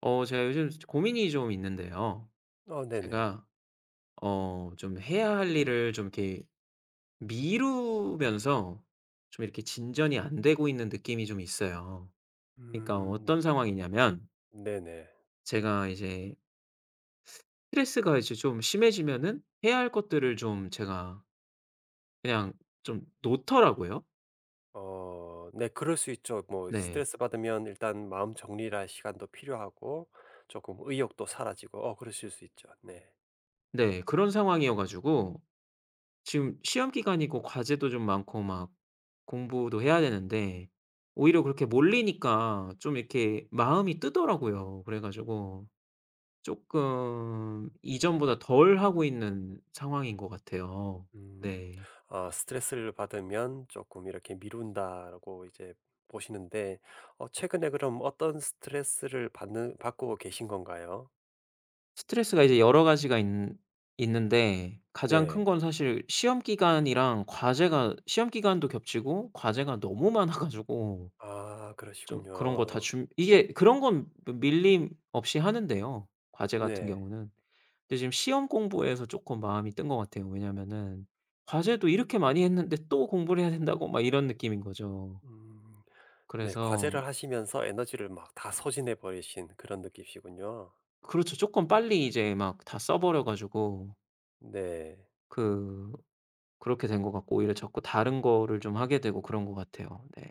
제가 요즘 고민이 좀 있는데요. 어 네네. 제가 좀 해야 할 일을 좀 이렇게 미루면서 좀 이렇게 진전이 안 되고 있는 느낌이 좀 있어요. 그러니까 음 어떤 상황이냐면 네네. 제가 이제 스트레스가 이제 좀 심해지면은 해야 할 것들을 좀 제가 그냥 좀 놓더라고요. 어 네, 그럴 수 있죠. 뭐 네. 스트레스 받으면 일단 마음 정리를 할 시간도 필요하고 조금 의욕도 사라지고 그러실 수 있죠. 네. 네. 그런 상황이어 가지고 지금 시험 기간이고 과제도 좀 많고 막 공부도 해야 되는데 오히려 그렇게 몰리니까 좀 이렇게 마음이 뜨더라고요. 그래 가지고 쪼끔 이전보다 덜 하고 있는 상황인 것 같아요. 음. 네. 아, 스트레스를 받으면 조금 이렇게 미룬다라고 이제 보시는데, 최근에 그럼 어떤 스트레스를 받는 받고 계신 건가요? 스트레스가 이제 여러 가지가 있는데 가장 큰 네. 건 사실 시험 기간이랑 과제가 시험 기간도 겹치고 과제가 너무 많아 가지고 아, 좀 그런 거 다 그러시군요. 준 이게 그런 건 뭐 밀림 없이 하는데요, 과제 같은 네. 경우는. 근데 지금 시험 공부에서 쪼끔 마음이 뜬 것 같아요. 왜냐면은 과제도 이렇게 많이 했는데 또 공부를 해야 된다고 막 이런 느낌인 거죠. 음. 네. 그래서 과제를 하시면서 에너지를 막 다 소진해 버리신 그런 느낌이시군요. 그렇죠. 쪼끔 빨리 이제 막 다 써 버려 가지고 네. 그 그렇게 된 것 같고 오히려 자꾸 다른 거를 좀 하게 되고 그런 것 같아요. 네.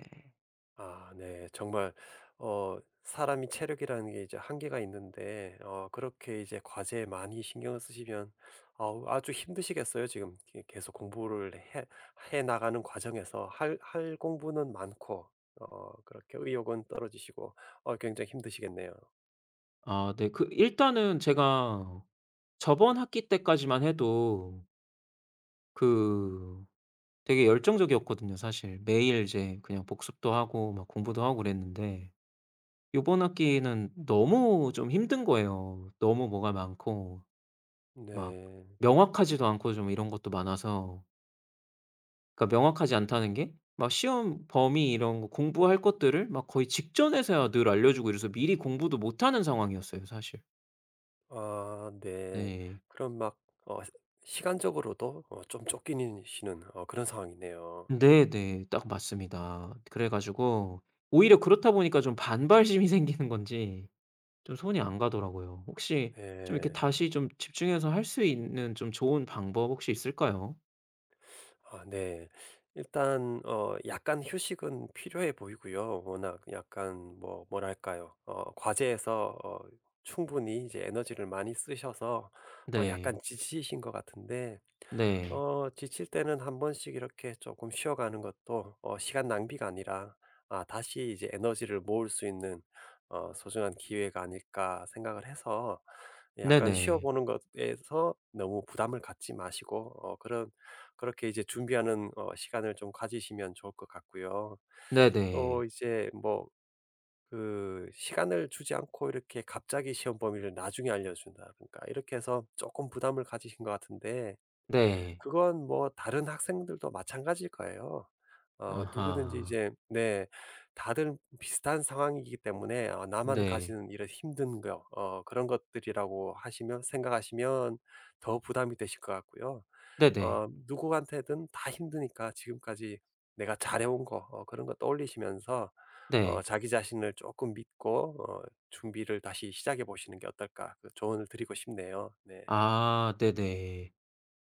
아 네. 정말 어 사람이 체력이라는 게 이제 한계가 있는데 그렇게 이제 과제에 많이 신경을 쓰시면 아 아주 힘드시겠어요. 지금 게 계속 공부를 해 나가는 과정에서 할 공부는 많고, 그렇게 의욕은 떨어지시고 굉장히 힘드시겠네요. 아 네. 일단은 제가 저번 학기 때까지만 해도 그 되게 열정적이었거든요 사실. 매일 이제 그냥 복습도 하고 막 공부도 하고 그랬는데 요번 학기는 너무 좀 힘든 거예요. 너무 뭐가 많고 막 네. 명확하지도 않고 좀 이런 것도 많아서 그러니까 명확하지 않다는 게 막 시험 범위 이런 거 공부할 것들을 막 거의 직전에서야 늘 알려 주고 이래서 미리 공부도 못 하는 상황이었어요 사실. 아 네. 네. 그럼 막 어 시간적으로도 좀 쫓기는 시는 그런 상황이네요. 네네. 딱 맞습니다. 그래 가지고 오히려 그렇다 보니까 좀 반발심이 생기는 건지 좀 손이 안 가더라고요. 혹시 좀 이렇게 네. 다시 좀 집중해서 할 수 있는 좀 좋은 방법 혹시 있을까요? 아 네. 일단 약간 휴식은 필요해 보이고요. 워낙 약간 뭐 뭐랄까요? 과제에서 충분히 이제 에너지를 많이 쓰셔서 약간 네. 지치신 것 같은데 네. 지칠 때는 한 번씩 이렇게 조금 쉬어가는 것도 시간 낭비가 아니라 아, 다시 이제 에너지를 모을 수 있는 '소중한 기회가 아닐까.' 생각을 해서, 약간 쉬어 네네. 보는 것에서 너무 부담을 갖지 마시고 어 그런 그렇게 이제 준비하는 시간을 좀 가지시면 좋을 것 같고요. 네네. 또 이제 뭐 그 시간을 주지 않고 이렇게 갑자기 시험 범위를 나중에 알려준다든가 이렇게 해서 조금 부담을 가지신 것 같은데, 네. 그건 뭐 다른 학생들도 마찬가지일 거예요. 누구든지 아하. 이제, 네, 다들 비슷한 상황이기 때문에 나만 네. 가지는 이런 힘든 거, 그런 것들이라고 하시면 생각하시면 더 부담이 되실 것 같고요. 네네. 누구한테든 다 힘드니까 지금까지 내가 잘해온 거, 그런 거 떠올리시면서 네. 자기 자신을 조금 믿고 준비를 다시 시작해 보시는 게 어떨까 그 조언을 드리고 싶네요. 네. 아 네네.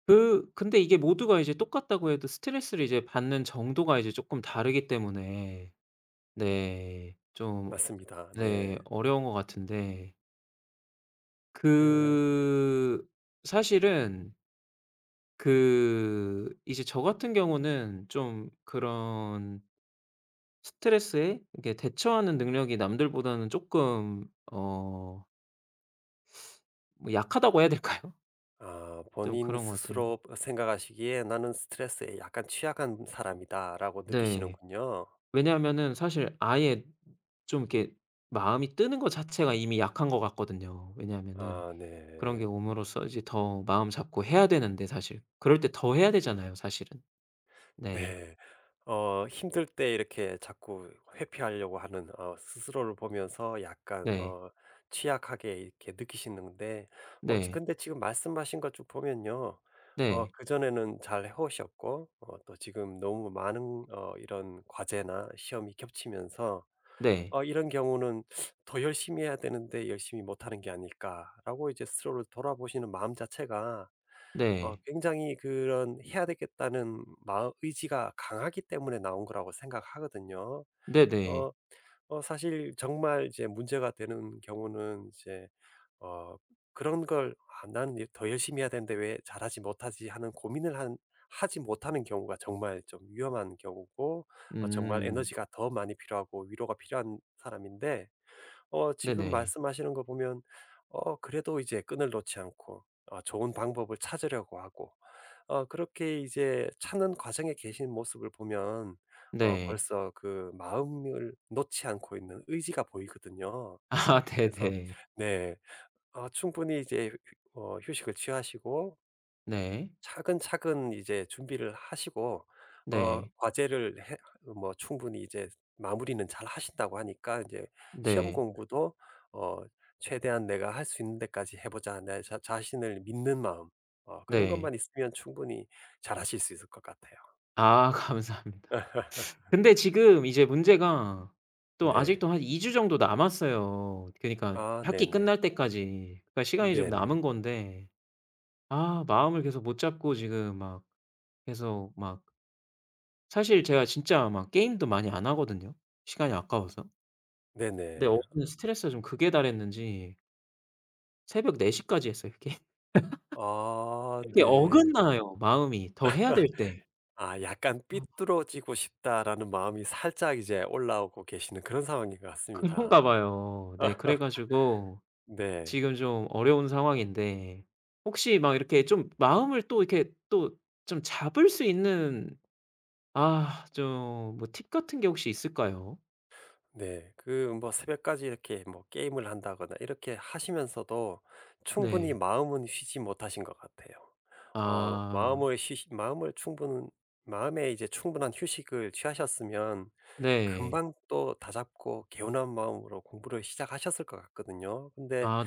그 근데 이게 모두가 이제 똑같다고 해도 스트레스를 이제 받는 정도가 이제 쪼끔 다르기 때문에 네 좀 맞습니다. 네 네. 어려운 것 같은데 그 그 사실은 이제 저 같은 경우는 좀 그런 스트레스에 이렇게 대처하는 능력이 남들보다는 조금 어 뭐 약하다고 해야 될까요? 아, 좀 본인 그런 것 같아요. 스스로 생각하시기에 '나는 스트레스에 약간 취약한 사람이다.'라고 네. 느끼시는군요. 왜냐하면은 사실 아예 좀 이렇게 마음이 뜨는 거 자체가 이미 약한 것 같거든요. 왜냐하면은 아 그런 네. 게 옴으로써 이제 더 마음 잡고 해야 되는데 사실 그럴 때 더 해야 되잖아요 사실은. 네. 네. 힘들 때 이렇게 자꾸 회피하려고 하는 스스로를 보면서 약간 네. 취약하게 이렇게 느끼시는데, 어 지 네. 근데 지금 말씀하신 것 쭉 보면요. 네. 그전에는 잘 해 오셨고 또 지금 너무 많은 이런 과제나 시험이 겹치면서 네. 이런 경우는 '더 열심히 해야 되는데 열심히 못하는 게 아닐까.'라고 이제 스스로를 돌아보시는 마음 자체가 네. 굉장히 그런 '해야 되겠다.'는 마음 의지가 강하기 때문에 나온 거라고 생각하거든요. 네네. 어 사실 정말 이제 문제가 되는 경우는 이제 어 그런 걸 '아, 난 더 열심히 해야 되는데 왜 잘하지 못하지.' 하는 고민을 한 하지 못하는 경우가 정말 좀 위험한 경우고, 정말 음. 에너지가 더 많이 필요하고 위로가 필요한 사람인데, 지금 네네. 말씀하시는 거 보면 그래도 이제 끈을 놓지 않고 좋은 방법을 찾으려고 하고 그렇게 이제 찾는 과정에 계신 모습을 보면 네. 벌써 그 마음을 놓지 않고 있는 의지가 보이거든요. 아 그래서 네네. 네. 충분히 이제 휴 어 휴식을 취하시고, 네. 차근차근 이제 준비를 하시고, 네. 과제를 해 뭐 충분히 이제 마무리는 잘 하신다고 하니까 이제 시험, 네, 네. 공부도 어 '최대한 내가 할 수 있는 데까지 해 보자.' 내 자 자신을 믿는 마음, 그런 것만 네. 있으면 충분히 잘하실 수 있을 것 같아요. 아 감사합니다. 근데 지금 이제 문제가 또 네. 아직도 한 2주 정도 남았어요. 그니까 아 학기 네네. 끝날 때까지. 그러니까 시간이 좀 네네. 남은 건데 아 마음을 계속 못 잡고 지금 막 계속 막 사실 제가 진짜 막 게임도 많이 안 하거든요 시간이 아까워서. 근데 네네. 어제는 스트레스가 좀 극에 달했는지 새벽 4 시까지 했어요 아 이게 네. 어긋나요 마음이 더 해야 될 때. 아, 약간 아 '삐뚤어지고 싶다.'라는 마음이 살짝 이제 올라오고 계시는 그런 상황인 것 그런가 같습니다. 봐요. 네 그래 가지고 네. 지금 좀 어려운 상황인데 혹시 막 이렇게 좀 마음을 또 이렇게 또 좀 잡을 수 있는 아 좀 뭐 팁 같은 게 혹시 있을까요? 네. 그 뭐 새벽까지 이렇게 뭐 게임을 한다거나 이렇게 하시면서도 충분히 네. 마음은 쉬지 못하신 것 같아요. 어 아 마음을 쉬 마음을 충분 마음에 이제 충분한 휴식을 취하셨으면 네. 금방 또 다잡고 개운한 마음으로 공부를 시작하셨을 것 같거든요. 근데 아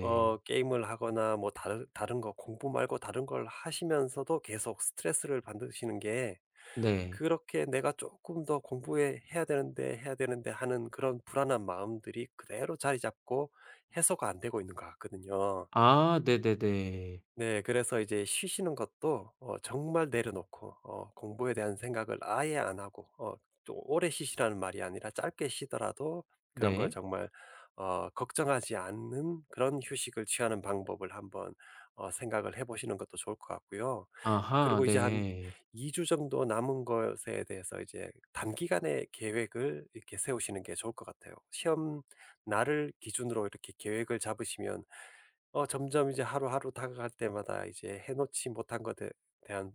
게임을 하거나 뭐 다른 거, 공부 말고 다른 걸 하시면서도 계속 스트레스를 받으시는 게, 네. 그렇게 내가 조금 더 공부해 해야 되는데, 해야 되는데 하는 그런 불안한 마음들이 그대로 자리 잡고 해소가 안 되고 있는 것 같거든요. 아 네네네. 네. 그래서 이제 쉬시는 것도 정말 내려놓고, 공부에 대한 생각을 아예 안 하고, 좀 오래 쉬시라는 말이 아니라 짧게 쉬더라도 그런 걸 네. 정말 걱정하지 않는 그런 휴식을 취하는 방법을 한번 생각을 해 보시는 것도 좋을 것 같고요. 아하 그리고 이제 한 네. 2주 정도 남은 것에 대해서 이제 단기간의 계획을 이렇게 세우시는 게 좋을 것 같아요. 시험 날을 기준으로 이렇게 계획을 잡으시면 점점 이제 하루하루 다가갈 때마다 이제 해 놓지 못한 것에 대한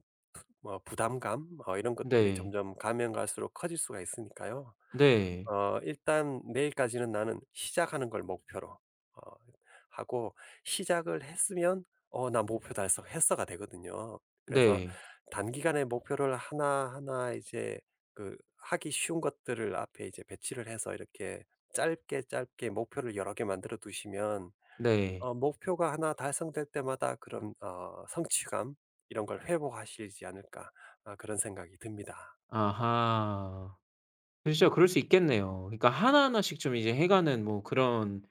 뭐 부담감, 이런 것들이 네. 점점 가면 갈수록 커질 수가 있으니까요. 네. 일단 내일까지는 나는 시작하는 걸 목표로 하고, 시작을 했으면 '어, 나 목표 달성했어.'가 되거든요. 그래서 네. 단기간에 목표를 하나하나 이제 그 하기 쉬운 것들을 앞에 이제 배치를 해서 이렇게 짧게 짧게 목표를 여러 개 만들어 두시면 네. 목표가 하나 달성될 때마다 그런 성취감, 이런 걸 회복하시지 않을까, 아 그런 생각이 듭니다. 아하. 진짜 그럴 수 있겠네요. 그러니까 하나하나씩 좀 이제 해 가는 뭐 그런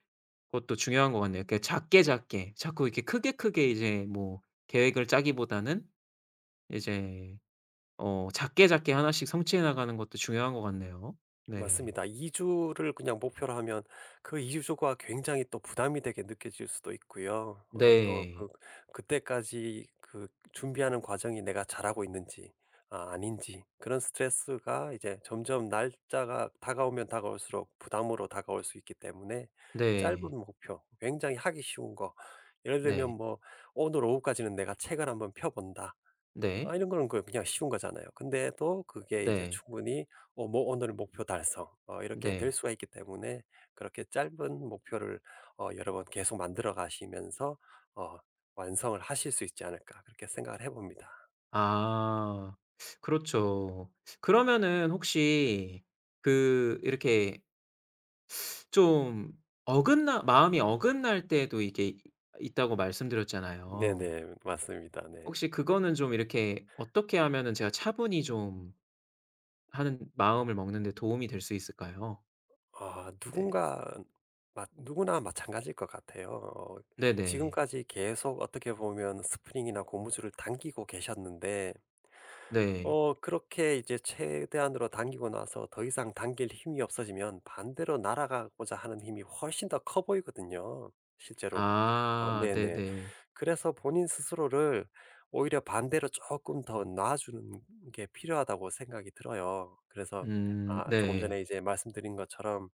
것도 중요한 것 같네요. 그러니까 작게 작게 자꾸 이렇게 크게 크게 이제 뭐 계획을 짜기보다는 이제 작게 작게 하나씩 성취해 나가는 것도 중요한 것 같네요. 네. 맞습니다. 2 주를 그냥 목표로 하면 그 2 주가 굉장히 또 부담이 되게 느껴질 수도 있고요. 또 그 네. 그때까지 그 준비하는 과정이 내가 잘하고 있는지 아닌지, 그런 스트레스가 이제 점점 날짜가 다가오면 다가올수록 부담으로 다가올 수 있기 때문에 짧은 네. 목표, 굉장히 하기 쉬운 거, 예를 들면 네. 뭐 '오늘 오후까지는 내가 책을 한번 펴 본다.' 아, 네. 이런 거는 그 그냥 쉬운 거잖아요. 근데 또 그게 이제 네. 충분히 뭐 '오늘 목표 달성.' 이렇게 될 네. 수가 있기 때문에, 그렇게 짧은 목표를 여러 번 계속 만들어 가시면서 어 완성을 하실 수 있지 않을까 그렇게 생각을 해 봅니다. 아. 그렇죠. 그러면은 혹시 이렇게 좀 어긋나 마음이 어긋날 때도 이게 이 있다고 말씀드렸잖아요. 네네. 맞습니다. 네. 혹시 그거는 좀 이렇게 어떻게 하면은 제가 차분히 좀 하는 마음을 먹는 데 도움이 될 수 있을까요? 아, 네. 누군가 누구나 마찬가지일 것 같아요. 어 네네. 지금까지 계속 어떻게 보면 스프링이나 고무줄을 당기고 계셨는데, 네. 그렇게 이제 최대한으로 당기고 나서 더 이상 당길 힘이 없어지면 반대로 날아가고자 하는 힘이 훨씬 더 커 보이거든요, 실제로. 아 네네. 네네. 그래서 본인 스스로를 오히려 반대로 조금 더 놔주는 게 필요하다고 생각이 들어요. 그래서, 아, 조금 네. 전에 이제 말씀드린 것처럼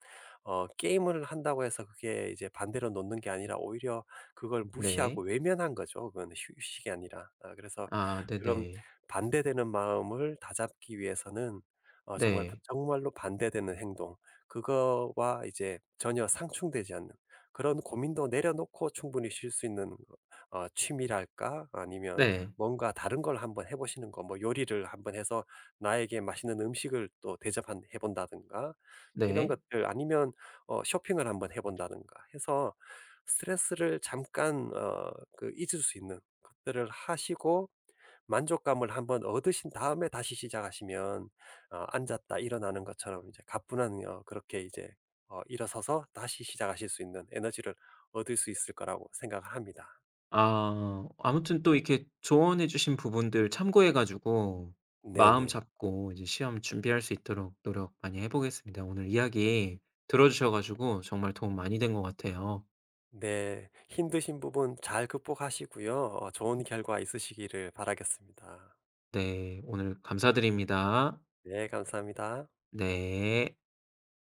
게임을 한다고 해서 그게 이제 반대로 놓는 게 아니라 오히려 그걸 무시하고 네. 외면한 거죠. 그건 휴 휴식이 아니라. 아, 그래서 아 그런 네네. 반대되는 마음을 다잡기 위해서는 정말 네. 정말로 반대되는 행동, 그거와 이제 전혀 상충되지 않는 그런 고민도 내려놓고 충분히 쉴 수 있는 취미랄까? 아니면 네. 뭔가 다른 걸 한번 해 보시는 거, 뭐 요리를 한번 해서 나에게 맛있는 음식을 또 대접해 본다든가 이런 네. 것들, 아니면 쇼핑을 한번 해 본다든가 해서 스트레스를 잠깐 그 잊을 수 있는 것들을 하시고 만족감을 한번 얻으신 다음에 다시 시작하시면, 앉았다 일어나는 것처럼 이제 가뿐한 그렇게 이제 일어서서 다시 시작하실 수 있는 에너지를 얻을 수 있을 거라고 생각을 합니다. 아. 아무튼 또 이렇게 조언해 주신 부분들 참고해 가지고 마음 네네. 잡고 이제 시험 준비할 수 있도록 노력 많이 해 보겠습니다. 오늘 이야기 들어 주셔 가지고 정말 도움 많이 된 것 같아요. 네. 힘드신 부분 잘 극복하시고요. 좋은 결과 있으시기를 바라겠습니다. 네. 오늘 감사드립니다. 네, 감사합니다. 네.